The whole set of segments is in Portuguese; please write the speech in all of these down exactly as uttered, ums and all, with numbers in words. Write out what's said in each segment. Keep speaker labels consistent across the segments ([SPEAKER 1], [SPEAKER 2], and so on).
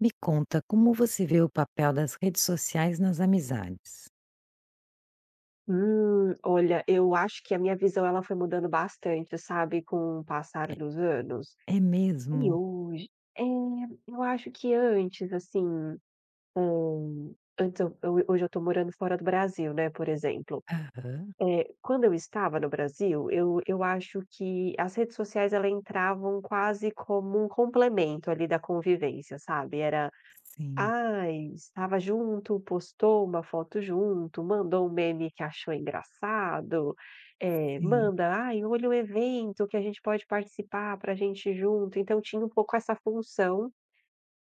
[SPEAKER 1] Me conta, como você vê o papel das redes sociais nas amizades?
[SPEAKER 2] Hum, olha, eu acho que a minha visão ela foi mudando bastante, sabe, com o passar
[SPEAKER 1] É
[SPEAKER 2] dos anos.
[SPEAKER 1] é
[SPEAKER 2] E
[SPEAKER 1] mesmo?
[SPEAKER 2] hoje, eh, eu acho que antes, assim, hum, antes eu eu hoje eu tô morando fora do Brasil, né, por exemplo.
[SPEAKER 1] Aham.
[SPEAKER 2] Eh, quando eu estava no Brasil, eu eu acho que as redes sociais ela entravam quase como um complemento ali da convivência, sabe, era:
[SPEAKER 1] Sim,
[SPEAKER 2] "ai, estava junto, postou uma foto junto, mandou um meme que achou engraçado", eh,
[SPEAKER 1] sim.
[SPEAKER 2] manda: "ai, olha o evento que a gente pode participar para a gente ir junto". Então tinha um pouco essa função,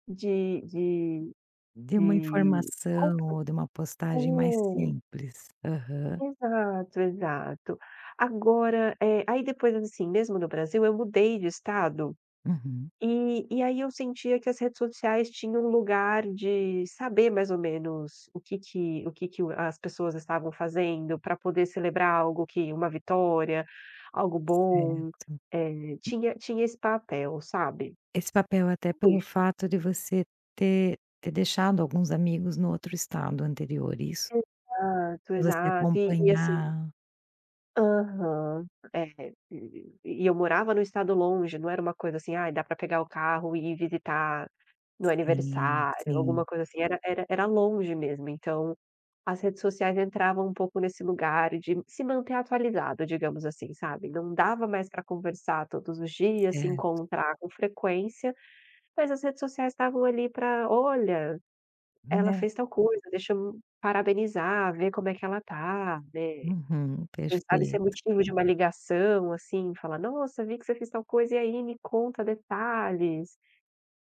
[SPEAKER 2] de de
[SPEAKER 1] De uma
[SPEAKER 2] de
[SPEAKER 1] informação
[SPEAKER 2] compa
[SPEAKER 1] ou de uma postagem mais simples. Aham.
[SPEAKER 2] é, exato, exato. Agora, eh, aí depois, assim, mesmo no Brasil, eu mudei de estado.
[SPEAKER 1] Uhum.
[SPEAKER 2] E e aí eu sentia que as redes sociais tinham um lugar de saber mais ou menos o que que o que que o as pessoas estavam fazendo para poder celebrar algo, que uma vitória, algo bom,
[SPEAKER 1] Certo.
[SPEAKER 2] eh, tinha tinha esse papel, sabe.
[SPEAKER 1] Esse papel até pelo
[SPEAKER 2] Pois.
[SPEAKER 1] fato de você ter ter deixado alguns amigos no outro estado anterior, isso?
[SPEAKER 2] Exato,
[SPEAKER 1] De você
[SPEAKER 2] exato. E e assim,
[SPEAKER 1] acompanhar.
[SPEAKER 2] aham. É, e e eu morava no estado longe, não era uma coisa assim: ah, dá para pegar o carro e ir visitar no
[SPEAKER 1] Sim,
[SPEAKER 2] aniversário,
[SPEAKER 1] sim.
[SPEAKER 2] alguma coisa assim, era era era longe mesmo, então as redes sociais entravam um pouco nesse lugar de se manter atualizado, digamos assim, sabe. Não dava mais para conversar todos os dias, se
[SPEAKER 1] Certo,
[SPEAKER 2] encontrar com frequência, mas as redes sociais estavam ali para: "Olha, ela
[SPEAKER 1] né.
[SPEAKER 2] fez tal coisa, deixa eu parabenizar, ver como é que ela tá", né.
[SPEAKER 1] Uhum,
[SPEAKER 2] Quem sabe ser
[SPEAKER 1] perfeito.
[SPEAKER 2] motivo de uma ligação, assim, falar: "Nossa, vi que você fez tal coisa, e aí, me conta detalhes".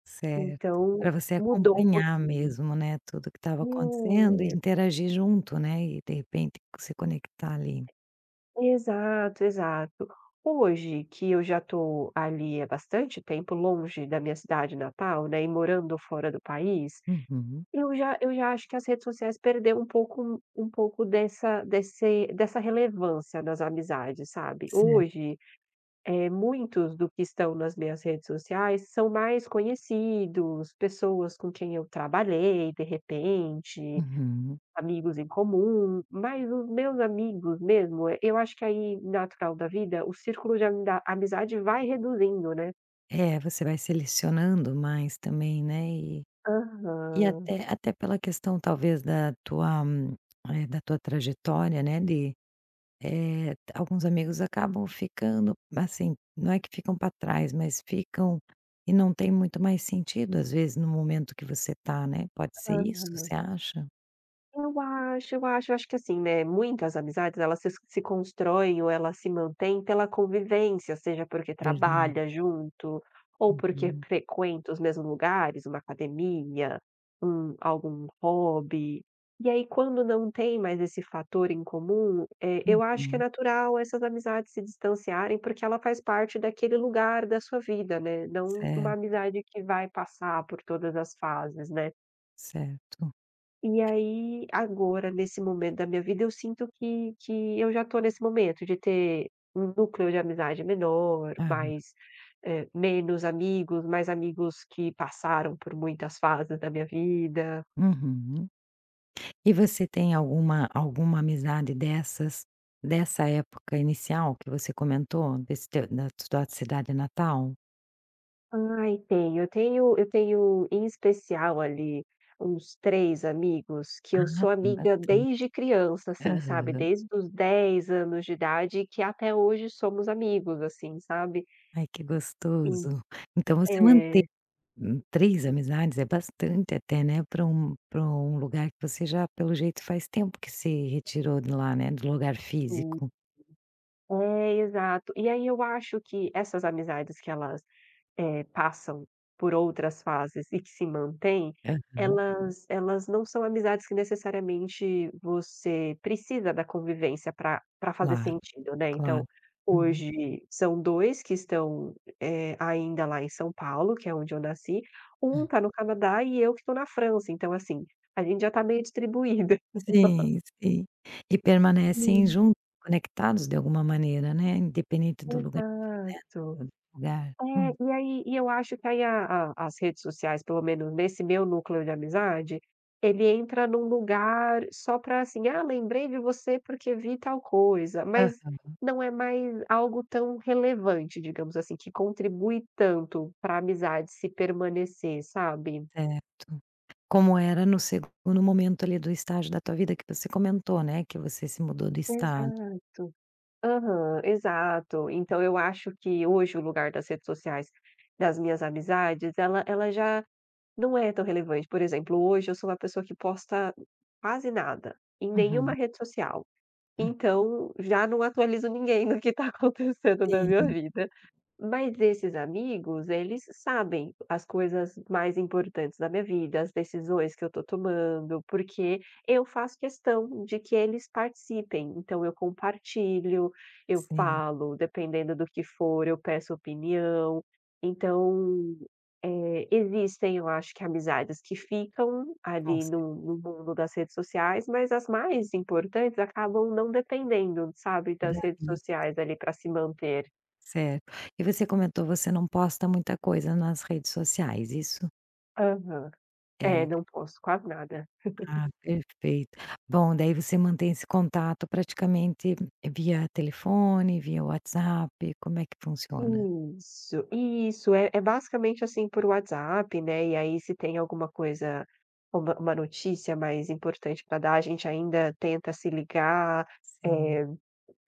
[SPEAKER 1] Certo,
[SPEAKER 2] Então,
[SPEAKER 1] para você
[SPEAKER 2] mudou um
[SPEAKER 1] acompanhar
[SPEAKER 2] pouquinho.
[SPEAKER 1] mesmo, né, tudo que estava acontecendo e
[SPEAKER 2] É.
[SPEAKER 1] interagir junto, né, e de repente se conectar ali.
[SPEAKER 2] Exato, exato. Hoje que eu já estou ali há bastante tempo, longe da minha cidade natal, né, e morando fora do país,
[SPEAKER 1] Uhum.
[SPEAKER 2] eu já eu já acho que as redes sociais perderam um pouco um pouco dessa desse dessa relevância nas amizades, sabe.
[SPEAKER 1] Certo.
[SPEAKER 2] Hoje, eh, muitos do que estão nas minhas redes sociais são mais conhecidos, pessoas com quem eu trabalhei, de repente,
[SPEAKER 1] Uhum.
[SPEAKER 2] amigos em comum, mas os meus amigos mesmo, eh, eu acho que aí, natural da vida, o círculo de amida amizade vai reduzindo, né.
[SPEAKER 1] É, você vai selecionando mais também, né, e e
[SPEAKER 2] Aham,
[SPEAKER 1] até até pela questão talvez da tua, hum, eh, da tua trajetória, né, de. Eh, alguns amigos acabam ficando, assim, não é que ficam para trás, mas ficam e não tem muito mais sentido, às vezes, no momento que você tá, né. Pode ser isso,
[SPEAKER 2] aham.
[SPEAKER 1] você acha?
[SPEAKER 2] Eu acho, eu acho. Eu acho que assim, né, muitas amizades elas se se constroem ou elas se mantêm pela convivência, seja porque
[SPEAKER 1] Verdade.
[SPEAKER 2] trabalha junto, ou porque
[SPEAKER 1] Uhum,
[SPEAKER 2] frequenta os mesmos lugares, uma academia, um algum hobby. E aí quando não tem mais esse fator em comum, eh, eu acho que é
[SPEAKER 1] uhum.
[SPEAKER 2] natural essas amizades se distanciarem, porque ela faz parte daquele lugar da sua vida, né, não uma
[SPEAKER 1] Certo,
[SPEAKER 2] amizade que vai passar por todas as fases, né.
[SPEAKER 1] certo.
[SPEAKER 2] E aí, agora, nesse momento da minha vida, eu sinto que que eu já estou nesse momento de ter um núcleo de amizade menor,
[SPEAKER 1] Aham.
[SPEAKER 2] mais, eh, menos amigos, mais amigos que passaram por muitas fases da minha vida.
[SPEAKER 1] Uhum. E você tem alguma alguma amizade dessas, dessa época inicial que você comentou, desse teu da tua cidade natal?
[SPEAKER 2] Ai, tenho. Eu tenho eu tenho, em especial, ali, uns três amigos que eu
[SPEAKER 1] Ah,
[SPEAKER 2] sou
[SPEAKER 1] tem
[SPEAKER 2] amiga
[SPEAKER 1] bastante.
[SPEAKER 2] desde criança, assim, sabe,
[SPEAKER 1] Aham.
[SPEAKER 2] desde os dez anos de idade, que até hoje somos amigos, assim, sabe.
[SPEAKER 1] Ai, que
[SPEAKER 2] En
[SPEAKER 1] gostoso. Então você manteve.
[SPEAKER 2] é,
[SPEAKER 1] Hum, três amizades é bastante até, né, para um para um lugar que você já, pelo jeito, faz tempo que se retirou de lá, né, do lugar
[SPEAKER 2] sim.
[SPEAKER 1] físico.
[SPEAKER 2] É, exato. E aí eu acho que essas amizades que elas, eh, passam por outras fases e que se mantêm,
[SPEAKER 1] É.
[SPEAKER 2] elas elas não são amizades que necessariamente você precisa da convivência para para fazer
[SPEAKER 1] Claro,
[SPEAKER 2] sentido, né.
[SPEAKER 1] claro.
[SPEAKER 2] Então,
[SPEAKER 1] Uhum.
[SPEAKER 2] hoje são dois que estão, eh, ainda lá em São Paulo, que é onde eu nasci. Um
[SPEAKER 1] Hum.
[SPEAKER 2] está no Canadá e eu que estou na França, então assim, a gente já está meio distribuída.
[SPEAKER 1] Sim, sim. E permanecem
[SPEAKER 2] Hum.
[SPEAKER 1] juntos, conectados de alguma maneira, né, independente do lugar, né,
[SPEAKER 2] Exato.
[SPEAKER 1] do lugar. Hum.
[SPEAKER 2] É, e aí e eu acho que aí a a as redes sociais, pelo menos nesse meu núcleo de amizade, ele entra num lugar só para assim: "Ah, lembrei de você porque vi tal coisa", mas
[SPEAKER 1] Hã.
[SPEAKER 2] não é mais algo tão relevante, digamos assim, que contribui tanto para a amizade se permanecer, sabe?
[SPEAKER 1] Certo. Como era no segundo momento ali do estágio da tua vida que você comentou, né, que você se mudou do estado.
[SPEAKER 2] Exato. Aham, exato. Então eu acho que hoje o lugar das redes sociais das minhas amizades, ela ela já não é tão relevante. Por exemplo, hoje eu sou uma pessoa que posta quase nada, em nenhuma
[SPEAKER 1] Uhum.
[SPEAKER 2] rede social.
[SPEAKER 1] Hum.
[SPEAKER 2] Então, já não atualizo ninguém do que está acontecendo na minha
[SPEAKER 1] Sim,
[SPEAKER 2] vida. Mas esses amigos, eles sabem as coisas mais importantes da minha vida, as decisões que eu estou tomando, porque eu faço questão de que eles participem. Então eu compartilho, eu
[SPEAKER 1] sim,
[SPEAKER 2] falo, dependendo do que for, eu peço opinião. Então, eh, existem, eu acho que amizades que ficam
[SPEAKER 1] com
[SPEAKER 2] ali
[SPEAKER 1] cer.
[SPEAKER 2] no no mundo das redes sociais, mas as mais importantes acabam não dependendo, sabe, das redes
[SPEAKER 1] Davi,
[SPEAKER 2] sociais ali para se manter.
[SPEAKER 1] certo. E você comentou, você não posta muita coisa nas redes sociais, isso?
[SPEAKER 2] Aham. É,
[SPEAKER 1] É.
[SPEAKER 2] não posto quase nada.
[SPEAKER 1] Ah, perfeito. Bom, daí você mantém esse contato praticamente via telefone, via WhatsApp, como é que funciona?
[SPEAKER 2] Isso, isso. É é basicamente, assim, por WhatsApp, né, e aí se tem alguma coisa, uma uma notícia mais importante para dar, a gente ainda tenta se ligar.
[SPEAKER 1] Sim.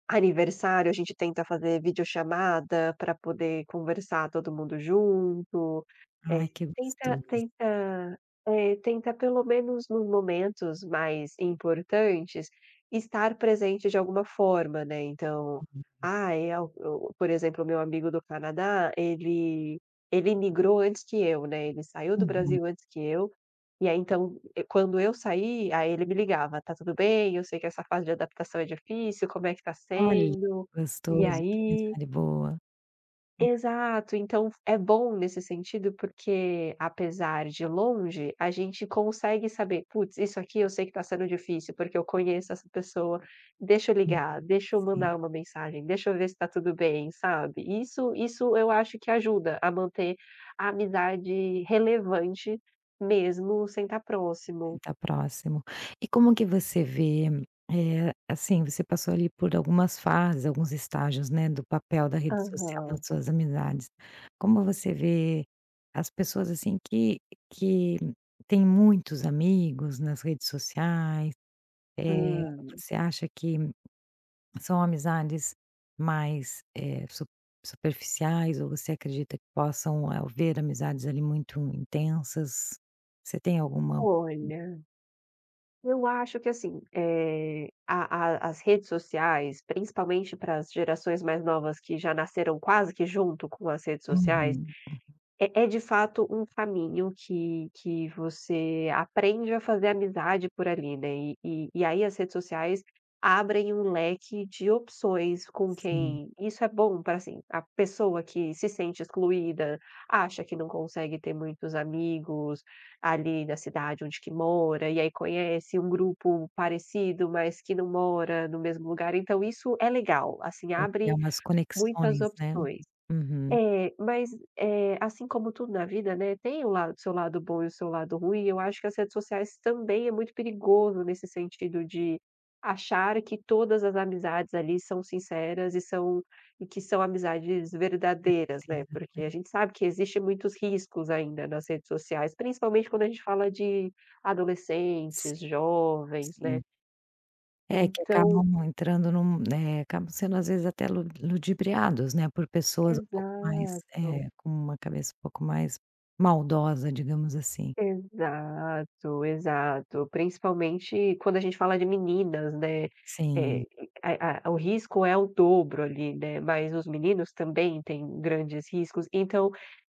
[SPEAKER 2] Aniversário, a gente tenta fazer videochamada para poder conversar todo mundo junto,
[SPEAKER 1] Ai,
[SPEAKER 2] eh,
[SPEAKER 1] que
[SPEAKER 2] tenta
[SPEAKER 1] gostoso.
[SPEAKER 2] tenta, eh, tenta pelo menos nos momentos mais importantes estar presente de alguma forma, né, então, ah, é o o por exemplo, o meu amigo do Canadá, ele ele imigrou antes que eu, né, ele saiu do
[SPEAKER 1] Uhum.
[SPEAKER 2] Brasil antes que eu, e aí então eu quando eu saí, aí ele me ligava: "Tá tudo bem? Eu sei que essa fase de adaptação é difícil, como é que tá
[SPEAKER 1] Olha,
[SPEAKER 2] sendo?
[SPEAKER 1] que
[SPEAKER 2] E
[SPEAKER 1] gostoso, que
[SPEAKER 2] aí?"
[SPEAKER 1] amizade boa.
[SPEAKER 2] Exato, então é bom nesse sentido, porque apesar de longe, a gente consegue saber: "Putz, isso aqui eu sei que tá sendo difícil, porque eu conheço essa pessoa, deixa eu
[SPEAKER 1] Sim,
[SPEAKER 2] ligar, deixa eu
[SPEAKER 1] sim.
[SPEAKER 2] mandar uma mensagem, deixa eu ver se tá tudo bem", sabe. Isso isso eu acho que ajuda a manter a amizade relevante, mesmo sem estar próximo.
[SPEAKER 1] Tá próximo. E como que você vê, eh, assim, você passou ali por algumas fases, alguns estágios, né, do papel da rede social nas
[SPEAKER 2] Aham.
[SPEAKER 1] suas amizades. Como você vê as pessoas, assim, que que têm muitos amigos nas redes sociais? Eh,
[SPEAKER 2] Hum.
[SPEAKER 1] você acha que são amizades mais, eh, su superficiais ou você acredita que possam eh, haver amizades ali muito intensas? Você tem alguma
[SPEAKER 2] Olha, eu acho que assim, eh, a a as redes sociais, principalmente para as gerações mais novas que já nasceram quase que junto com as redes sociais,
[SPEAKER 1] uhum,
[SPEAKER 2] é é de fato um caminho que que você aprende a fazer amizade por ali, né, e e e aí as redes sociais abrem um leque de opções com
[SPEAKER 1] sim.
[SPEAKER 2] quem, isso é bom para assim, a pessoa que se sente excluída, acha que não consegue ter muitos amigos ali na cidade onde que mora, e aí conhece um grupo parecido, mas que não mora no mesmo lugar, então isso é legal, assim,
[SPEAKER 1] Pra criar
[SPEAKER 2] abre
[SPEAKER 1] umas
[SPEAKER 2] muitas
[SPEAKER 1] conexões, né.
[SPEAKER 2] opções.
[SPEAKER 1] Uhum.
[SPEAKER 2] É, mas, eh, assim como tudo na vida, né, tem o lado seu lado bom e o seu lado ruim, eu acho que as redes sociais também é muito perigoso nesse sentido de achar que todas as amizades ali são sinceras e são e que são amizades verdadeiras, né,
[SPEAKER 1] Entendi.
[SPEAKER 2] porque a gente sabe que existe muitos riscos ainda nas redes sociais, principalmente quando a gente fala de adolescentes,
[SPEAKER 1] Sim,
[SPEAKER 2] jovens, né.
[SPEAKER 1] sim. É, que
[SPEAKER 2] Então,
[SPEAKER 1] acabam entrando num né, acabam sendo às vezes até lu ludibriados, né, por pessoas um pouco mais
[SPEAKER 2] exato.
[SPEAKER 1] é, com uma cabeça um pouco mais maldosa, digamos assim.
[SPEAKER 2] Exato, exato. Principalmente quando a gente fala de meninas, né,
[SPEAKER 1] Sim,
[SPEAKER 2] eh, a a o risco é o dobro ali, né, mas os meninos também têm grandes riscos, então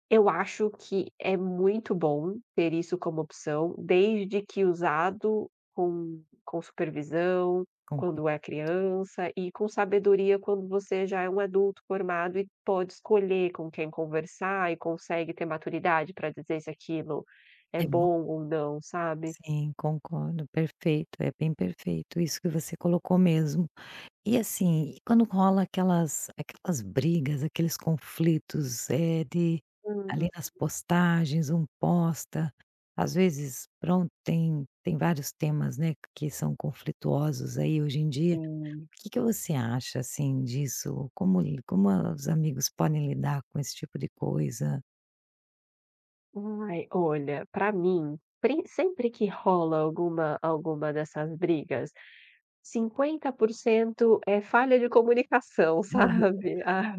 [SPEAKER 2] eu acho que é muito bom ter isso como opção, desde que usado com com supervisão,
[SPEAKER 1] com
[SPEAKER 2] quando
[SPEAKER 1] cuidado.
[SPEAKER 2] é criança, e com sabedoria quando você já é um adulto formado e pode escolher com quem conversar e consegue ter maturidade para dizer se aquilo é
[SPEAKER 1] É bom
[SPEAKER 2] bom ou não, sabe?
[SPEAKER 1] sim, concordo, perfeito, é bem perfeito isso que você colocou mesmo. E assim, quando rola aquelas aquelas brigas, aqueles conflitos, é de ali
[SPEAKER 2] Hum.
[SPEAKER 1] nas postagens, um posta, às vezes, pronto, tem tem vários temas, né, que são conflituosos aí hoje em dia.
[SPEAKER 2] Sim.
[SPEAKER 1] O que que você acha, assim, disso? Como li como os amigos podem lidar com esse tipo de coisa?
[SPEAKER 2] Ai, olha, para mim, pri sempre que rola alguma alguma dessas brigas, cinquenta por cento é falha de comunicação, sabe. A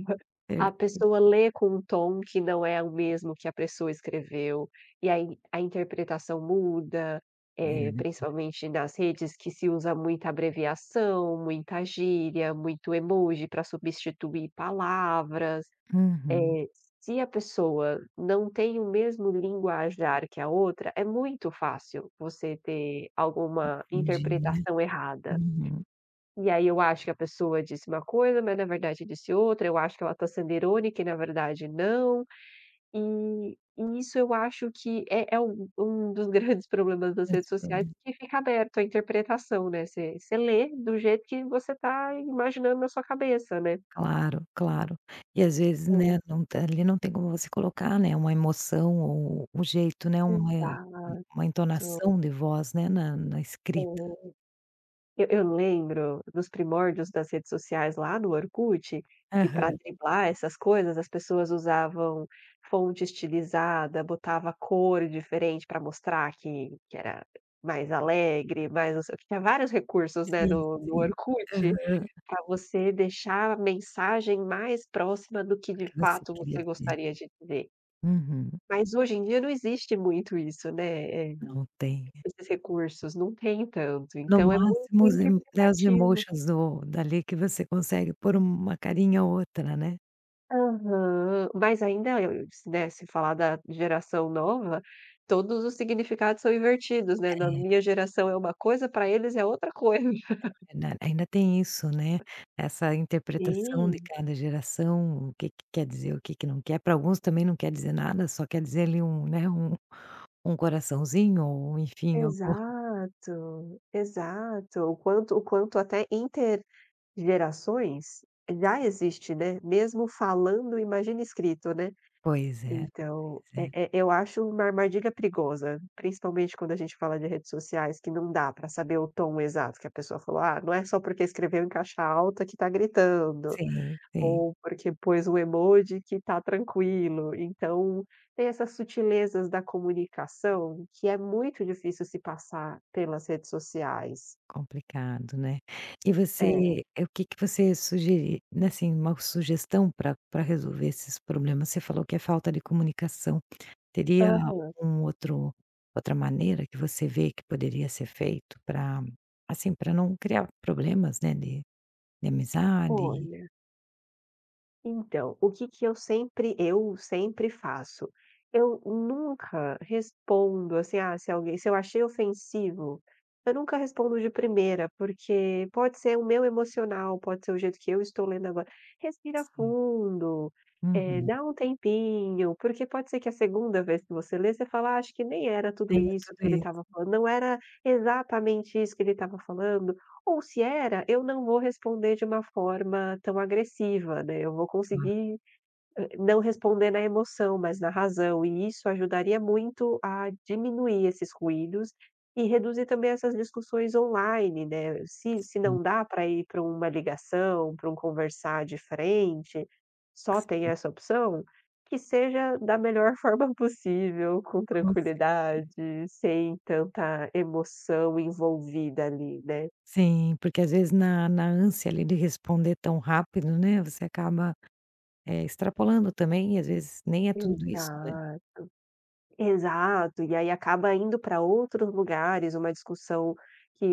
[SPEAKER 1] Per
[SPEAKER 2] a pessoa lê com um tom que não é o mesmo que a pessoa escreveu, e aí a interpretação muda,
[SPEAKER 1] é,
[SPEAKER 2] eh,
[SPEAKER 1] né.
[SPEAKER 2] principalmente nas redes que se usa muita abreviação, muita gíria, muito emoji para substituir palavras.
[SPEAKER 1] Uhum.
[SPEAKER 2] Se a pessoa não tem o mesmo linguajar que a outra, é muito fácil você ter alguma
[SPEAKER 1] Entendi, né.
[SPEAKER 2] interpretação errada.
[SPEAKER 1] Uhum.
[SPEAKER 2] E aí eu acho que a pessoa disse uma coisa, mas na verdade disse outra, eu acho que ela está sendo irônica e na verdade não. E e isso eu acho que é é um um dos grandes problemas das
[SPEAKER 1] Esse
[SPEAKER 2] redes sociais,
[SPEAKER 1] problema.
[SPEAKER 2] que fica aberto à interpretação, né, você você lê do jeito que você está imaginando na sua cabeça, né.
[SPEAKER 1] Claro, claro. E às vezes,
[SPEAKER 2] É,
[SPEAKER 1] né, não tá ali não tem como você colocar, né, uma emoção ou um jeito, né, uma
[SPEAKER 2] exato,
[SPEAKER 1] uma entonação de voz, né, na na escrita.
[SPEAKER 2] é. Eu eu lembro dos primórdios das redes sociais lá no Orkut, que para
[SPEAKER 1] Aham.
[SPEAKER 2] driblar essas coisas as pessoas usavam fonte estilizada, botava cor diferente para mostrar que que era mais alegre, mais não sei o quê. Tinha vários recursos, né,
[SPEAKER 1] Sim,
[SPEAKER 2] do do
[SPEAKER 1] sim.
[SPEAKER 2] Orkut,
[SPEAKER 1] Aham.
[SPEAKER 2] para você deixar a mensagem mais próxima do que
[SPEAKER 1] O
[SPEAKER 2] de
[SPEAKER 1] que você
[SPEAKER 2] fato
[SPEAKER 1] queria
[SPEAKER 2] você
[SPEAKER 1] dizer.
[SPEAKER 2] gostaria de dizer.
[SPEAKER 1] Uhum.
[SPEAKER 2] Mas hoje em dia não existe muito isso, né, eh,
[SPEAKER 1] Não tem.
[SPEAKER 2] esses recursos, não tem tanto,
[SPEAKER 1] No
[SPEAKER 2] então é muito
[SPEAKER 1] máximo os emo né, os
[SPEAKER 2] interpretativo.
[SPEAKER 1] emotions do dali que você consegue pôr uma carinha ou outra, né.
[SPEAKER 2] Aham. Mas ainda, eu se né, se falar da geração nova, todos os significados são invertidos, né, na
[SPEAKER 1] É.
[SPEAKER 2] minha geração é uma coisa, para eles é outra coisa.
[SPEAKER 1] Na ainda tem isso, né, essa interpretação de
[SPEAKER 2] Sim,
[SPEAKER 1] cada geração, o que que quer dizer, o que que não quer. Para alguns também não quer dizer nada, só quer dizer ali um, né, um um coraçãozinho ou enfim, alguma
[SPEAKER 2] exato, exato. O quanto o quanto até intergerações já existe, né, mesmo falando, imagina escrito, né.
[SPEAKER 1] pois é,
[SPEAKER 2] Então,
[SPEAKER 1] pois
[SPEAKER 2] eh
[SPEAKER 1] é.
[SPEAKER 2] eh, eu acho uma armadilha perigosa, principalmente quando a gente fala de redes sociais, que não dá para saber o tom exato que a pessoa falou: "Ah, não é só porque escreveu em caixa alta que tá gritando,
[SPEAKER 1] Sim, sim,
[SPEAKER 2] ou porque pôs um emoji que tá tranquilo". Então, tem essas sutilezas da comunicação que é muito difícil se passar pelas redes sociais.
[SPEAKER 1] complicado, né. E
[SPEAKER 2] É.
[SPEAKER 1] você eh, o que que você sugeri né, assim, uma sugestão para para resolver esses problemas? Você falou que é falta de comunicação. Teria
[SPEAKER 2] Aham.
[SPEAKER 1] algum outro outra maneira que você vê que poderia ser feito para assim, para não criar problemas, né, de de amizade?
[SPEAKER 2] Olha, então, o que que eu sempre eu sempre faço? Eu nunca respondo, assim, ah, se alguém, se eu achei ofensivo, eu nunca respondo de primeira, porque pode ser o meu emocional, pode ser o jeito que eu estou lendo agora. Respira
[SPEAKER 1] Sim.
[SPEAKER 2] fundo, eh,
[SPEAKER 1] Uhum.
[SPEAKER 2] dá um tempinho, porque pode ser que a segunda vez que você lê, você fala: "Ah, acho que nem era tudo
[SPEAKER 1] Tem
[SPEAKER 2] isso
[SPEAKER 1] tudo
[SPEAKER 2] que ele
[SPEAKER 1] isso,
[SPEAKER 2] estava falando, não era exatamente isso que ele estava falando". Ou se era, eu não vou responder de uma forma tão agressiva, né, eu vou
[SPEAKER 1] claro.
[SPEAKER 2] conseguir, eh, não responder na emoção, mas na razão, e isso ajudaria muito a diminuir esses ruídos e reduzir também essas discussões online, né. Se se
[SPEAKER 1] Sim,
[SPEAKER 2] não dá para ir para uma ligação, para um conversar de frente, só tem
[SPEAKER 1] sim,
[SPEAKER 2] essa opção, que seja da melhor forma possível, com
[SPEAKER 1] com cer.
[SPEAKER 2] tranquilidade, sem tanta emoção envolvida ali, né.
[SPEAKER 1] Sim, porque às vezes na na ânsia ali de responder tão rápido, né, você acaba, eh, extrapolando também e às vezes nem é tudo isso, né.
[SPEAKER 2] Exato, exato, e aí acaba indo para outros lugares, uma discussão que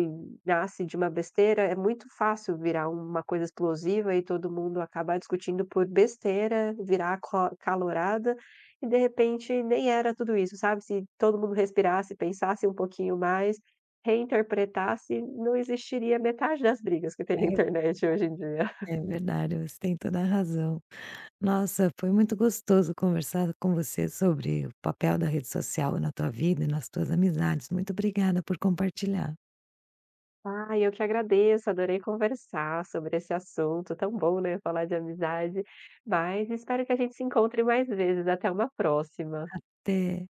[SPEAKER 2] nasce de uma besteira, é muito fácil virar uma coisa explosiva e todo mundo acabar discutindo por besteira, virar aco calorada, e de repente nem era tudo isso, sabe, se todo mundo respirasse, pensasse um pouquinho mais, reinterpretasse, não existiria metade das brigas que tem na
[SPEAKER 1] É,
[SPEAKER 2] internet hoje em dia.
[SPEAKER 1] é verdade, você tem toda a razão. Nossa, foi muito gostoso conversar com você sobre o papel da rede social na tua vida e nas tuas amizades. Muito obrigada por compartilhar.
[SPEAKER 2] Ah, eu que agradeço, adorei conversar sobre esse assunto, tão bom, né, falar de amizade, mas espero que a gente se encontre mais vezes, até uma próxima.
[SPEAKER 1] Até.